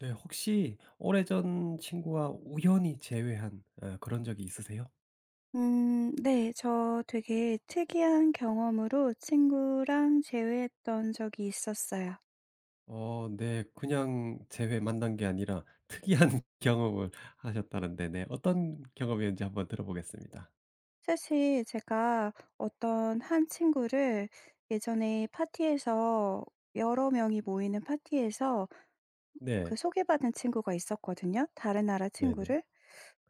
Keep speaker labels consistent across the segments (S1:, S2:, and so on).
S1: 네. 혹시 오래전 친구와 우연히 재회한 그런 적이 있으세요?
S2: 네. 저 되게 특이한 경험으로 친구랑 제외했던 적이 있었어요.
S1: 네. 그냥 재회 만난 게 아니라 특이한 경험을 하셨다는데 네. 어떤 경험이었는지 한번 들어보겠습니다.
S2: 사실 제가 어떤 한 친구를 예전에 파티에서 여러 명이 모이는 파티에서 그
S1: 네.
S2: 소개받은 친구가 있었거든요, 다른 나라
S1: 네네.
S2: 친구를.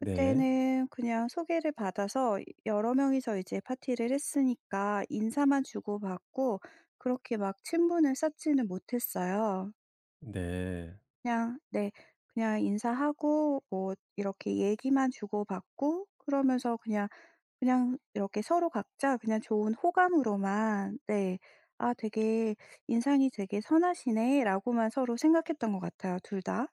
S1: 네. 네.
S2: 그냥 소개를 받아서 여러 명이서 이제 파티를 했으니까 인사만 주고받고 그렇게 막 친분을 쌓지는 못했어요.
S1: 네.
S2: 그냥 네. 그냥 인사하고 뭐 이렇게 얘기만 주고받고 그러면서 그냥 이렇게 서로 각자 그냥 좋은 호감으로만 네 '아 되게 인상이 되게 선하시네.'라고만 서로 생각했던 것 같아요 둘 다.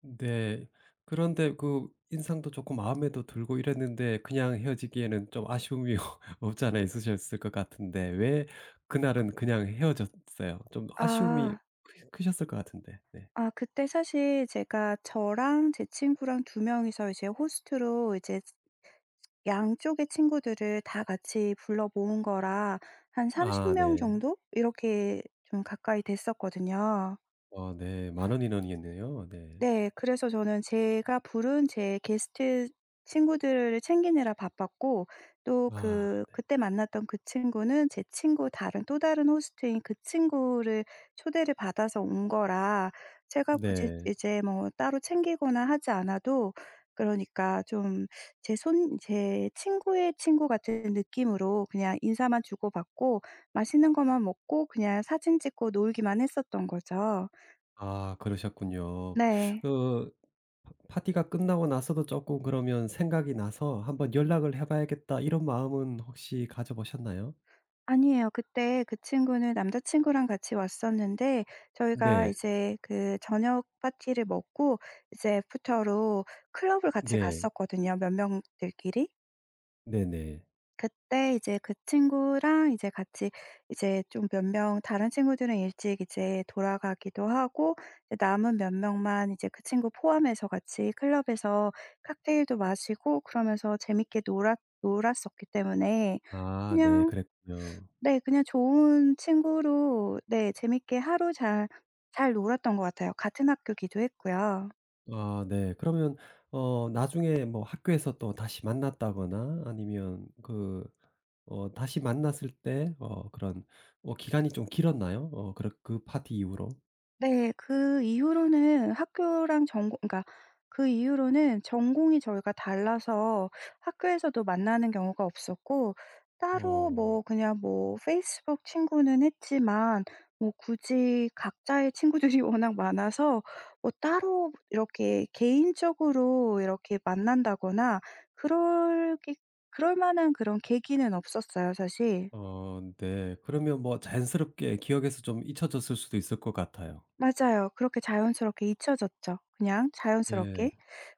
S1: 네. 그런데 그 인상도 좋고 마음에도 들고 이랬는데 그냥 헤어지기에는 좀 아쉬움이 없지 않아 있으셨을 것 같은데 왜 그날은 그냥 헤어졌어요? 좀 아쉬움이
S2: 아.
S1: 크 크셨을 것 같은데. 네.
S2: 아 그때 사실 제가 저랑 제 친구랑 두 명이서 이제 호스트로 이제 양쪽의 친구들을 다 같이 불러 모은 거라 한 30
S1: 아
S2: 명
S1: 네.
S2: 정도 이렇게 좀 가까이 됐었거든요.
S1: 네. 만원 인원이겠네요. 네.
S2: 네. 그래서 저는 제가 부른 제 게스트 친구들을 챙기느라 바빴고 또
S1: 아
S2: 그때 만났던 그 친구는 제 친구 다른 또 다른 호스트인 그 친구를 초대를 받아서 온 거라 제가 굳이
S1: 네.
S2: 이제 뭐 따로 챙기거나 하지 않아도 그러니까 좀 제 친구의 친구 같은 느낌으로 그냥 인사만 주고받고 맛있는 것만 먹고 그냥 사진 찍고 놀기만 했었던 거죠.
S1: 아 그러셨군요.
S2: 네.
S1: 그 파 파티가 끝나고 나서도 조금 그러면 생각이 나서 '한번 연락을 해 봐야겠다.' 이런 마음은 혹시 가져 보셨나요?
S2: 아니에요. 그때 그 친구는 남자친구랑 같이 왔었는데 저희가
S1: 네.
S2: 이제 그 저녁 파티를 먹고 이제 애프터로 클럽을 같이
S1: 네.
S2: 갔었거든요, 몇 명들끼리.
S1: 네 네.
S2: 그때 이제 그 친구랑 이제 같이 이제 좀 몇 명 다른 친구들은 일찍 이제 돌아가기도 하고 이제 남은 몇 명만 이제 그 친구 포함해서 같이 클럽에서 칵테일도 마시고 그러면서 재밌게 놀았었기 때문에
S1: 아 네.
S2: 그냥
S1: 그랬군요.
S2: 네. 그냥 좋은 친구로 네 재밌게 하루 잘 놀았던 것 같아요. 같은 학교기도 했고요.
S1: 아 네. 그러면 나중에 뭐 학교에서 또 다시 만났다거나 아니면 다시 만났을 때 그런 기간이 좀 길었나요? 그 파티 이후로?
S2: 네. 그 이후로는 학교랑 전공 그러니까 그 이후로는 전공이 저희가 달라서 학교에서도 만나는 경우가 없었고 따로
S1: 어.
S2: 뭐 그냥 뭐 페이스북 친구는 했지만 뭐 굳이 각자의 친구들이 워낙 많아서 뭐 따로 이렇게 개인적으로 이렇게 만난다거나 그럴 게 그럴 만한 그런 계기는 없었어요 사실.
S1: 네. 그러면 뭐 자연스럽게 기억에서 좀 잊혀졌을 수도 있을 것 같아요.
S2: 맞아요. 그렇게 자연스럽게 잊혀졌죠. 그냥
S1: 네.
S2: 자연스럽게.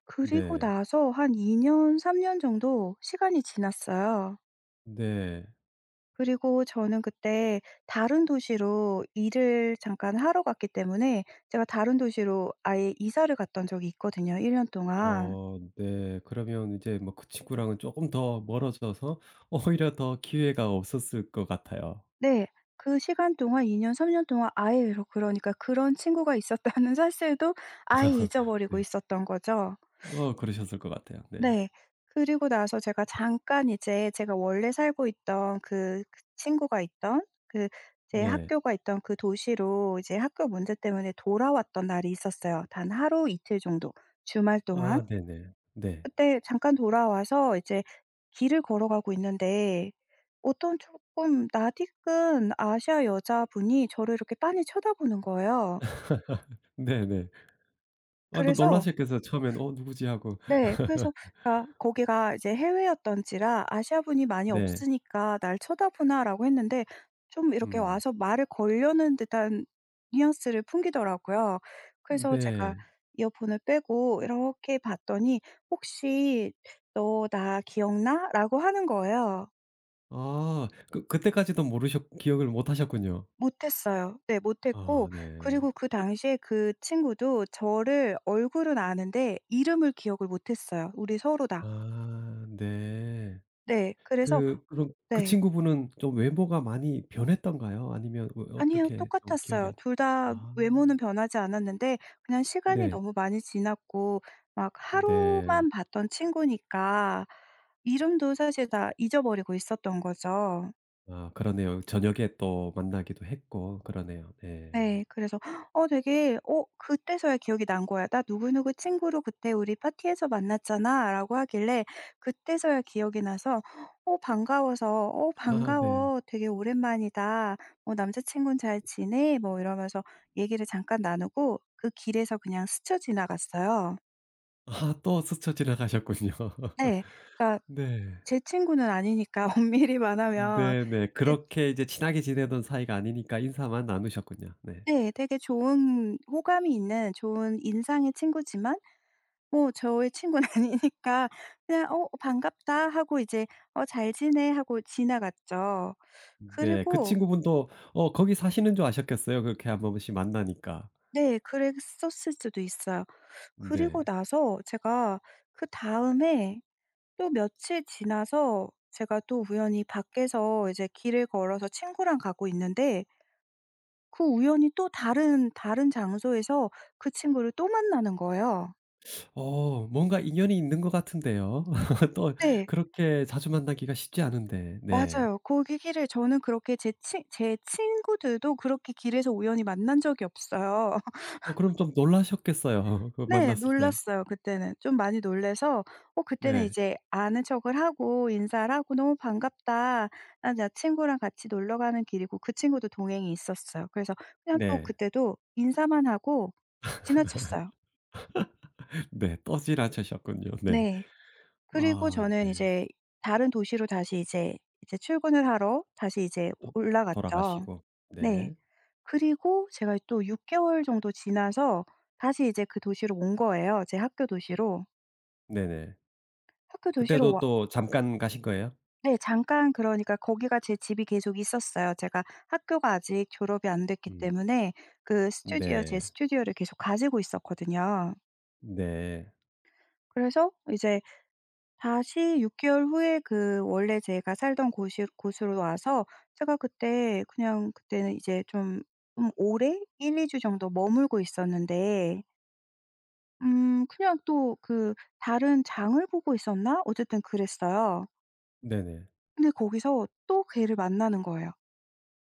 S2: 그리고
S1: 네.
S2: 나서 한 2년 3년 정도 시간이 지났어요.
S1: 네.
S2: 그리고 저는 그때 다른 도시로 일을 잠깐 하러 갔기 때문에 제가 다른 도시로 아예 이사를 갔던 적이 있거든요, 1년 동안.
S1: 네. 그러면 이제 뭐 그 친구랑은 조금 더 멀어져서 오히려 더 기회가 없었을 것 같아요.
S2: 네. 그 시간 동안 2년 3년 동안 아예 그러니까 그런 친구가 있었다는 사실도 아예 잊어버리고
S1: 네.
S2: 있었던 거죠.
S1: 그러셨을 것 같아요. 네.
S2: 네. 그리고 나서 제가 잠깐 이제 제가 원래 살고 있던 그 친구가 있던 그 제
S1: 네.
S2: 학교가 있던 그 도시로 이제 학교 문제 때문에 돌아왔던 날이 있었어요. 단 하루 이틀 정도 주말 동안.
S1: 아 네네. 네.
S2: 그때 잠깐 돌아와서 이제 길을 걸어가고 있는데 어떤 조금 낯익은 아시아 여자분이 저를 이렇게 빤히 쳐다보는 거예요.
S1: 네네. 아 너
S2: 그래서
S1: 놀라셨겠어요. 처음엔 '어 누구지?' 하고.
S2: 네. 그래서 그러니까 거기가 이제 해외였던지라 '아시아분이 많이
S1: 네.
S2: 없으니까 날 쳐다보나.'라고 했는데 좀 이렇게
S1: 음.
S2: 와서 말을 걸려는 듯한 뉘앙스를 풍기더라고요. 그래서
S1: 네.
S2: 제가 이어폰을 빼고 이렇게 봤더니 "혹시 너 나 기억나?"라고 하는 거예요.
S1: 아 그 그때까지도 모르셨 기억을 못 하셨군요.
S2: 못 했어요. 네 못
S1: 아
S2: 했고
S1: 네.
S2: 그리고 그 당시에 그 친구도 저를 얼굴은 아는데 이름을 기억을 못 했어요, 우리 서로 다.
S1: 아 네.
S2: 네. 그래서
S1: 그럼 그
S2: 네.
S1: 친구분은 좀 외모가 많이 변했던가요? 아니면
S2: 아니요.
S1: 어떻게 좀 기억이
S2: 똑같았어요.
S1: 안
S2: 둘 다
S1: 아
S2: 외모는 변하지 않았는데 그냥 시간이
S1: 네.
S2: 너무 많이 지났고 막
S1: 네.
S2: 하루만 봤던 친구니까 이름도 사실 다 잊어버리고 있었던 거죠.
S1: 아 그러네요. 저녁에 또 만나기도 했고 그러네요. 네.
S2: 네. 그래서 되게 그때서야 기억이 난 거야. "나 누구누구 친구로 그때 우리 파티에서 만났잖아."라고 하길래 그때서야 기억이 나서 반가워서
S1: 아 네.
S2: 반가워. 되게 오랜만이다. 뭐 남자 친구는 잘 지내?" 뭐 이러면서 얘기를 잠깐 나누고 그 길에서 그냥 스쳐 지나갔어요.
S1: 아 또 스쳐 지나가셨군요.
S2: 네. 그러니까
S1: 네.
S2: 제 친구는 아니니까 엄밀히 말 하면.
S1: 네네.
S2: 되
S1: 그렇게 이제 친하게 지내던 사이가 아니니까 인사만 나누셨군요. 네.
S2: 네 되게 좋은 호감이 있는 좋은 인상의 친구지만 뭐 저의 친구는 아니니까 그냥 "어 반갑다." 하고 이제 "어 잘 지내?" 하고 지나갔죠.
S1: 네. 그
S2: 그리고
S1: 친구분도 거기 사시는 줄 아셨겠어요. 그렇게 한 번씩 만나니까.
S2: 네 그랬었을 수도 있어요.
S1: 네.
S2: 그리고 나서 제가 그다음에 또 며칠 지나서 제가 또 우연히 밖에서 이제 길을 걸어서 친구랑 가고 있는데 그 우연히 또 다른 장소에서 그 친구를 또 만나는 거예요.
S1: 어 뭔가 인연이 있는 것 같은데요. 또
S2: 네.
S1: 그렇게 자주 만나기가 쉽지 않은데. 네.
S2: 맞아요. 거기 길을 저는 그렇게 제 친구들도 그렇게 길에서 우연히 만난 적이 없어요.
S1: 어 그럼 좀 놀라셨겠어요. 그
S2: 네.
S1: 만났을 때.
S2: 놀랐어요 그때는. 좀 많이 놀라서 그때는
S1: 네.
S2: 이제 아는 척을 하고 인사를 하고 "너무 반갑다. 난 나 친구랑 같이 놀러 가는 길이고." 그 친구도 동행이 있었어요. 그래서 그냥 또
S1: 네.
S2: 그때도 인사만 하고 지나쳤어요.
S1: 네. 또 지나치셨군요. 네.
S2: 네. 그리고
S1: 아
S2: 저는
S1: 네.
S2: 이제 다른 도시로 다시 이제 출근을 하러 다시 이제
S1: 도-
S2: 올라갔죠.
S1: 돌아가시고.
S2: 네.
S1: 네.
S2: 그리고 제가 또 6 개월 정도 지나서 다시 이제 그 도시로 온 거예요, 제 학교 도시로.
S1: 네네.
S2: 학교 도시로
S1: 그때도
S2: 와
S1: 또 잠깐 가신 거예요?
S2: 네 잠깐 그러니까 거기가 제 집이 계속 있었어요. 제가 학교가 아직 졸업이 안 됐기
S1: 음.
S2: 때문에 그 스튜디오 제
S1: 네.
S2: 스튜디오를 계속 가지고 있었거든요.
S1: 네.
S2: 그래서 이제 다시 6 개월 후에 그 원래 제가 살던 곳이 곳으로 와서 제가 그때 그냥 그때는 이제 좀 오래 1-2주 정도 머물고 있었는데 그냥 또 그 다른 장을 보고 있었나? 어쨌든 그랬어요.
S1: 네네.
S2: 근데 거기서 또 걔를 만나는 거예요.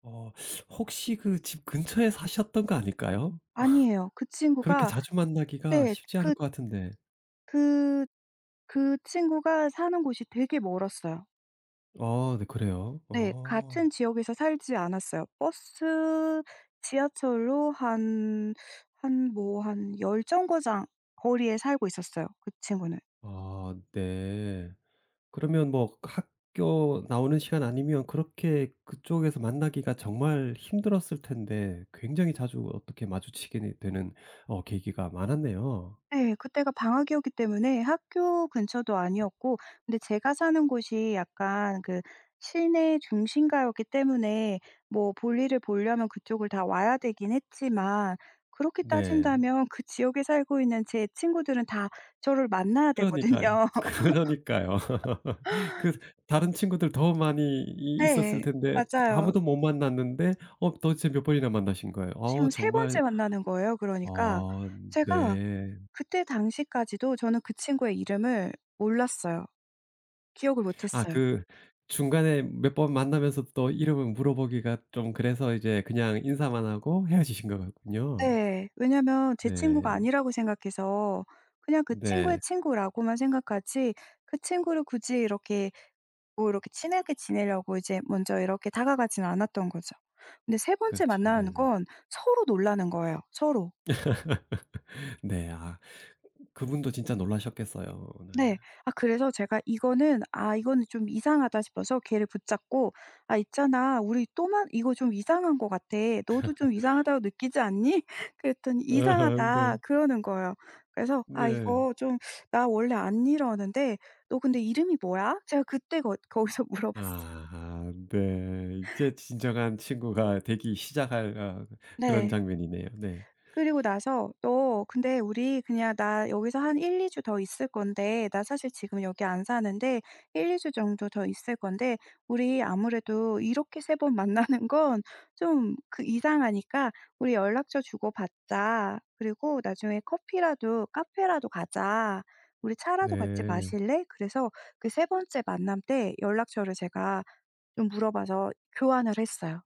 S1: 어 혹시 그 집 근처에 사셨던 거 아닐까요?
S2: 아니에요. 그
S1: 그렇게
S2: 친구가
S1: 자주 만나기가
S2: 네.
S1: 쉽지 않을 것 같은데.
S2: 그 그 친구가 사는 곳이 되게 멀었어요.
S1: 아 네 그래요?
S2: 네.
S1: 어.
S2: 같은 지역에서 살지 않았어요. 버스, 지하철로 한 뭐 한 10 정거장 거리에 살고 있었어요, 그 친구는.
S1: 아 네. 그러면 뭐 학교 나오는 시간 아니면 그렇게 그쪽에서 만나기가 정말 힘들었을 텐데 굉장히 자주 어떻게 마주치게 되는 계기가 많았네요.
S2: 네. 그때가 방학이었기 때문에 학교 근처도 아니었고 근데 제가 사는 곳이 약간 그 시내 중심가였기 때문에 뭐 볼일을 보려면 그쪽을 다 와야 되긴 했지만 그렇게
S1: 네.
S2: 따진다면 그 지역에 살고 있는 제 친구들은 다 저를 만나야
S1: 그러니까요.
S2: 되거든요.
S1: 그러니까요. 그 다른 친구들 더 많이 이 있었을
S2: 네.
S1: 텐데
S2: 맞아요.
S1: 아무도 못 만났는데 도대체 몇 번이나 만나신 거예요? 어
S2: 지금 세 번째
S1: 정말
S2: 만나는 거예요 그러니까.
S1: 어
S2: 제가
S1: 네.
S2: 그때 당시까지도 저는 그 친구의 이름을 몰랐어요. 기억을 못
S1: 아
S2: 했어요.
S1: 그 중간에 몇 번 만나면서 또 이름을 물어보기가 좀 그래서 이제 그냥 인사만 하고 헤어지신 것 같군요.
S2: 네. 왜냐면 제 친구가
S1: 네.
S2: 아니라고 생각해서 그냥 그 친구의
S1: 네.
S2: 친구라고만 생각하지 그 친구를 굳이 이렇게 뭐 이렇게 친하게 지내려고 이제 먼저 이렇게 다가가진 않았던 거죠. 근데 세 번째
S1: 그렇죠.
S2: 만나는
S1: 네네.
S2: 건 서로 놀라는 거예요 서로.
S1: 네. 아 그분도 진짜 놀라셨겠어요. 네.
S2: 네. 아 그래서 제가 이거는 '아 이거는 좀 이상하다.' 싶어서 걔를 붙잡고 "아 있잖아. 우리 또만 이거 좀 이상한 것 같아. 너도 좀 이상하다고 느끼지 않니?" 그랬더니
S1: 아 네.
S2: "이상하다." 그러는 거예요. 그래서 "아
S1: 네.
S2: 이거 좀 나 원래 안 이러는데 너 근데 이름이 뭐야?" 제가 그때 거 거기서 물어봤어요.
S1: 아 네. 이제 진정한 친구가 되기 시작할 아 그런
S2: 네.
S1: 장면이네요. 네.
S2: 그리고 나서 "너 근데 우리 그냥 나 여기서 한 1-2주 더 있을 건데 나 사실 지금 여기 안 사는데 1-2주 정도 더 있을 건데 우리 아무래도 이렇게 세 번 만나는 건 좀 그 이상하니까 우리 연락처 주고받자. 그리고 나중에 커피라도 카페라도 가자. 우리 차라도 같이
S1: 네.
S2: 마실래?" 그래서 그 세 번째 만남 때 연락처를 제가 좀 물어봐서 교환을 했어요.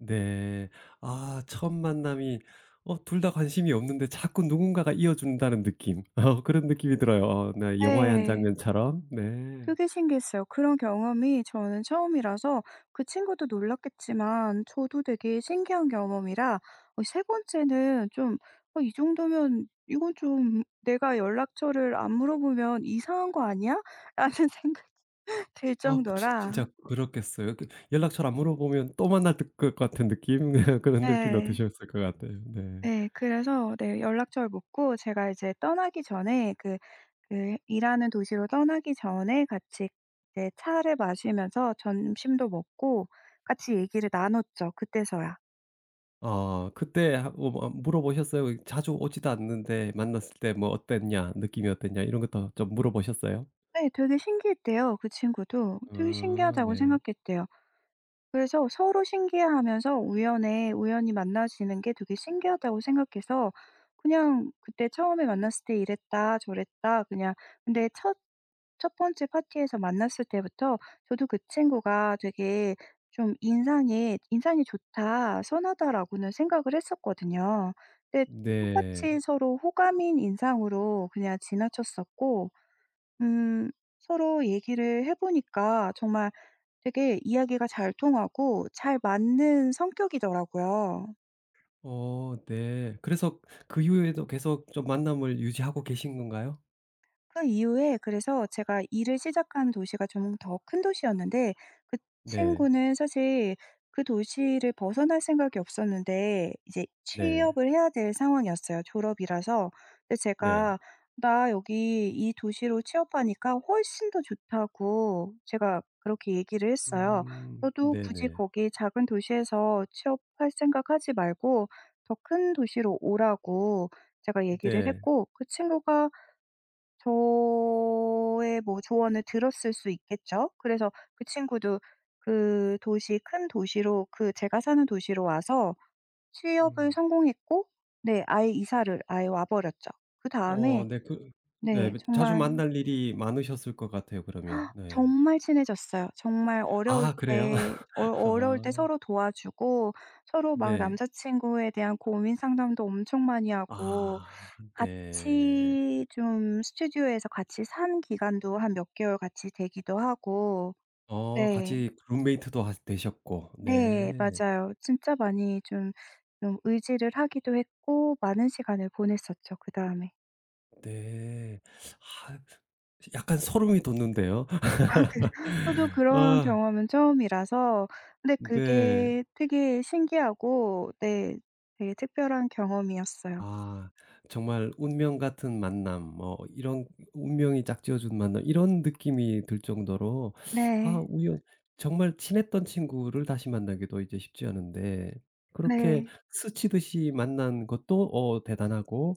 S1: 네. 아 첫 만남이 둘 다 관심이 없는데 자꾸 누군가가 이어 준다는 느낌. 어 그런 느낌이 들어요. 어 네. 영화의 한
S2: 네.
S1: 장면처럼. 네.
S2: 되게 신기했어요. 그런 경험이 저는 처음이라서 그 친구도 놀랐겠지만 저도 되게 신기한 경험이라 세 번째는 좀 '이 정도면 이건 좀 내가 연락처를 안 물어보면 이상한 거 아니야?'라는 생각이 들
S1: 아 그 진 진짜
S2: 정도라
S1: 그렇겠어요. 그 연락처를 안 물어보면 또 만날 듯 것 같은 느낌? 그런 느낌
S2: 네.
S1: 어떠셨을 것 같아요. 네.
S2: 네. 그래서 네 연락처를 묻고 제가 이제 떠나기 전에 그 일하는 도시로 떠나기 전에 같이 이제 차를 마시면서 점심도 먹고 같이 얘기를 나눴죠 그때서야.
S1: 그때 하 뭐 물어보셨어요? 자주 오지도 않는데 만났을 때 뭐 "어땠냐? 느낌이 어땠냐?" 이런 것도 좀 물어보셨어요?
S2: 네 되게 신기했대요 그 친구도. 되게
S1: 아
S2: 신기하다고
S1: 네.
S2: 생각했대요. 그래서 서로 신기해하면서 우연에 우연히 만나지는 게 되게 신기하다고 생각해서 그냥 그때 처음에 만났을 때 이랬다 저랬다 그냥 근데 첫 번째 파티에서 만났을 때부터 저도 그 친구가 되게 좀 인상이 '인상이 좋다. 선하다.'라고는 생각을 했었거든요. 근데
S1: 네.
S2: 똑같이 서로 호감인 인상으로 그냥 지나쳤었고 음 서로 얘기를 해 보니까 정말 되게 이야기가 잘 통하고 잘 맞는 성격이더라고요.
S1: 네. 그래서 그 이후에도 계속 좀 만남을 유지하고 계신 건가요?
S2: 그 이후에 그래서 제가 일을 시작한 도시가 좀 더 큰 도시였는데 그
S1: 네.
S2: 친구는 사실 그 도시를 벗어날 생각이 없었는데 이제
S1: 네.
S2: 취업을 해야 될 상황이었어요, 졸업이라서. 근데
S1: 네.
S2: 제가 "나 여기 이 도시로 취업하니까 훨씬 더 좋다."고 제가 그렇게 얘기를 했어요.
S1: 음.
S2: "너도 굳이
S1: 네네.
S2: 거기 작은 도시에서 취업할 생각 하지 말고 더 큰 도시로 오라."고 제가 얘기를
S1: 네.
S2: 했고 그 친구가 저의 뭐 조언을 들었을 수 있겠죠. 그래서 그 친구도 그 도시 큰 도시로 그 제가 사는 도시로 와서 취업을
S1: 음.
S2: 성공했고 네 아예 이사를 아예 와 버렸죠.
S1: 어
S2: 그다음에
S1: 네. 그 네.
S2: 네
S1: 네. 자주
S2: 정말
S1: 만날 일이 많으셨을 것 같아요 그러면. 네.
S2: 정말 친해졌어요. 정말
S1: 아 그래요?
S2: 어려울 때
S1: 아.
S2: 서로 도와주고 서로 막
S1: 네.
S2: 남자친구에 대한 고민 상담도 엄청 많이 하고
S1: 아 네.
S2: 같이 좀 스튜디오에서 같이 산 기간도 한 몇 개월 같이 되기도 하고
S1: 어
S2: 네.
S1: 같이 룸메이트도 하 되셨고.
S2: 네.
S1: 네.
S2: 맞아요. 진짜 많이 좀 의지를 하기도 했고 많은 시간을 보냈었죠 그다음에.
S1: 네. 아 약간 소름이 돋는데요.
S2: 아 그래요? 저도 그런
S1: 아
S2: 경험은 처음이라서 근데
S1: 네.
S2: 그게 되게 신기하고 네 되게 특별한 경험이었어요.
S1: 아 정말 운명 같은 만남 뭐 이런 운명이 짝지어 준 만남 이런 느낌이 들 정도로 아
S2: 네.
S1: 우연 정말 친했던 친구를 다시 만나기도 이제 쉽지 않은데 그렇게
S2: 네.
S1: 스치듯이 만난 것도 대단하고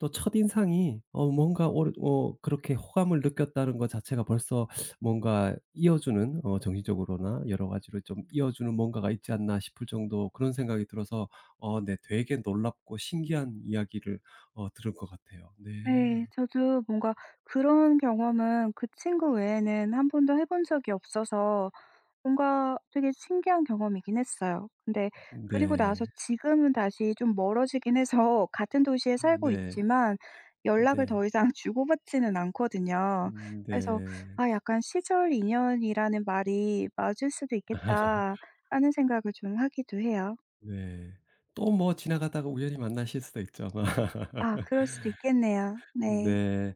S1: 또 첫인상이 어 뭔가 오어 그렇게 호감을 느꼈다는 것 자체가 벌써 뭔가 이어주는 정신적으로나 여러 가지로 좀 이어주는 뭔가가 있지 않나 싶을 정도 그런 생각이 들어서 네. 되게 놀랍고 신기한 이야기를 들은 것 같아요. 네.
S2: 네. 저도 뭔가 그런 경험은 그 친구 외에는 한 번도 해본 적이 없어서 뭔가 되게 신기한 경험이긴 했어요. 근데 그리고 나서
S1: 네.
S2: 지금은 다시 좀 멀어지긴 해서 같은 도시에 살고
S1: 네.
S2: 있지만 연락을
S1: 네.
S2: 더 이상 주고받지는 않거든요. 그래서
S1: 네.
S2: '아 약간 시절 인연이라는 말이 맞을 수도 있겠다.'라는 생각을 좀 하기도 해요.
S1: 네. 또 뭐 지나가다가 우연히 만나실 수도 있죠 아마.
S2: 아 그럴 수도 있겠네요. 네.
S1: 네.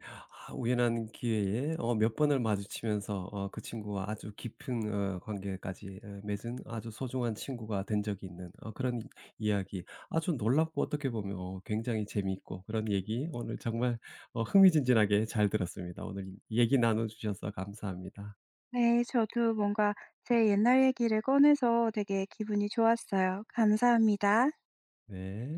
S1: 아 우연한 기회에 몇 번을 마주치면서 그 친구와 아주 깊은 관계까지 어, 맺은 아주 소중한 친구가 된 적이 있는 그런 이- 이야기. 아주 놀랍고 어떻게 보면 굉장히 재미있고 그런 얘기 오늘 정말 흥미진진하게 잘 들었습니다. 오늘 이- 얘기 나눠 주셔서 감사합니다.
S2: 네. 저도 뭔가 제 옛날 얘기를 꺼내서 되게 기분이 좋았어요. 감사합니다.
S1: 네.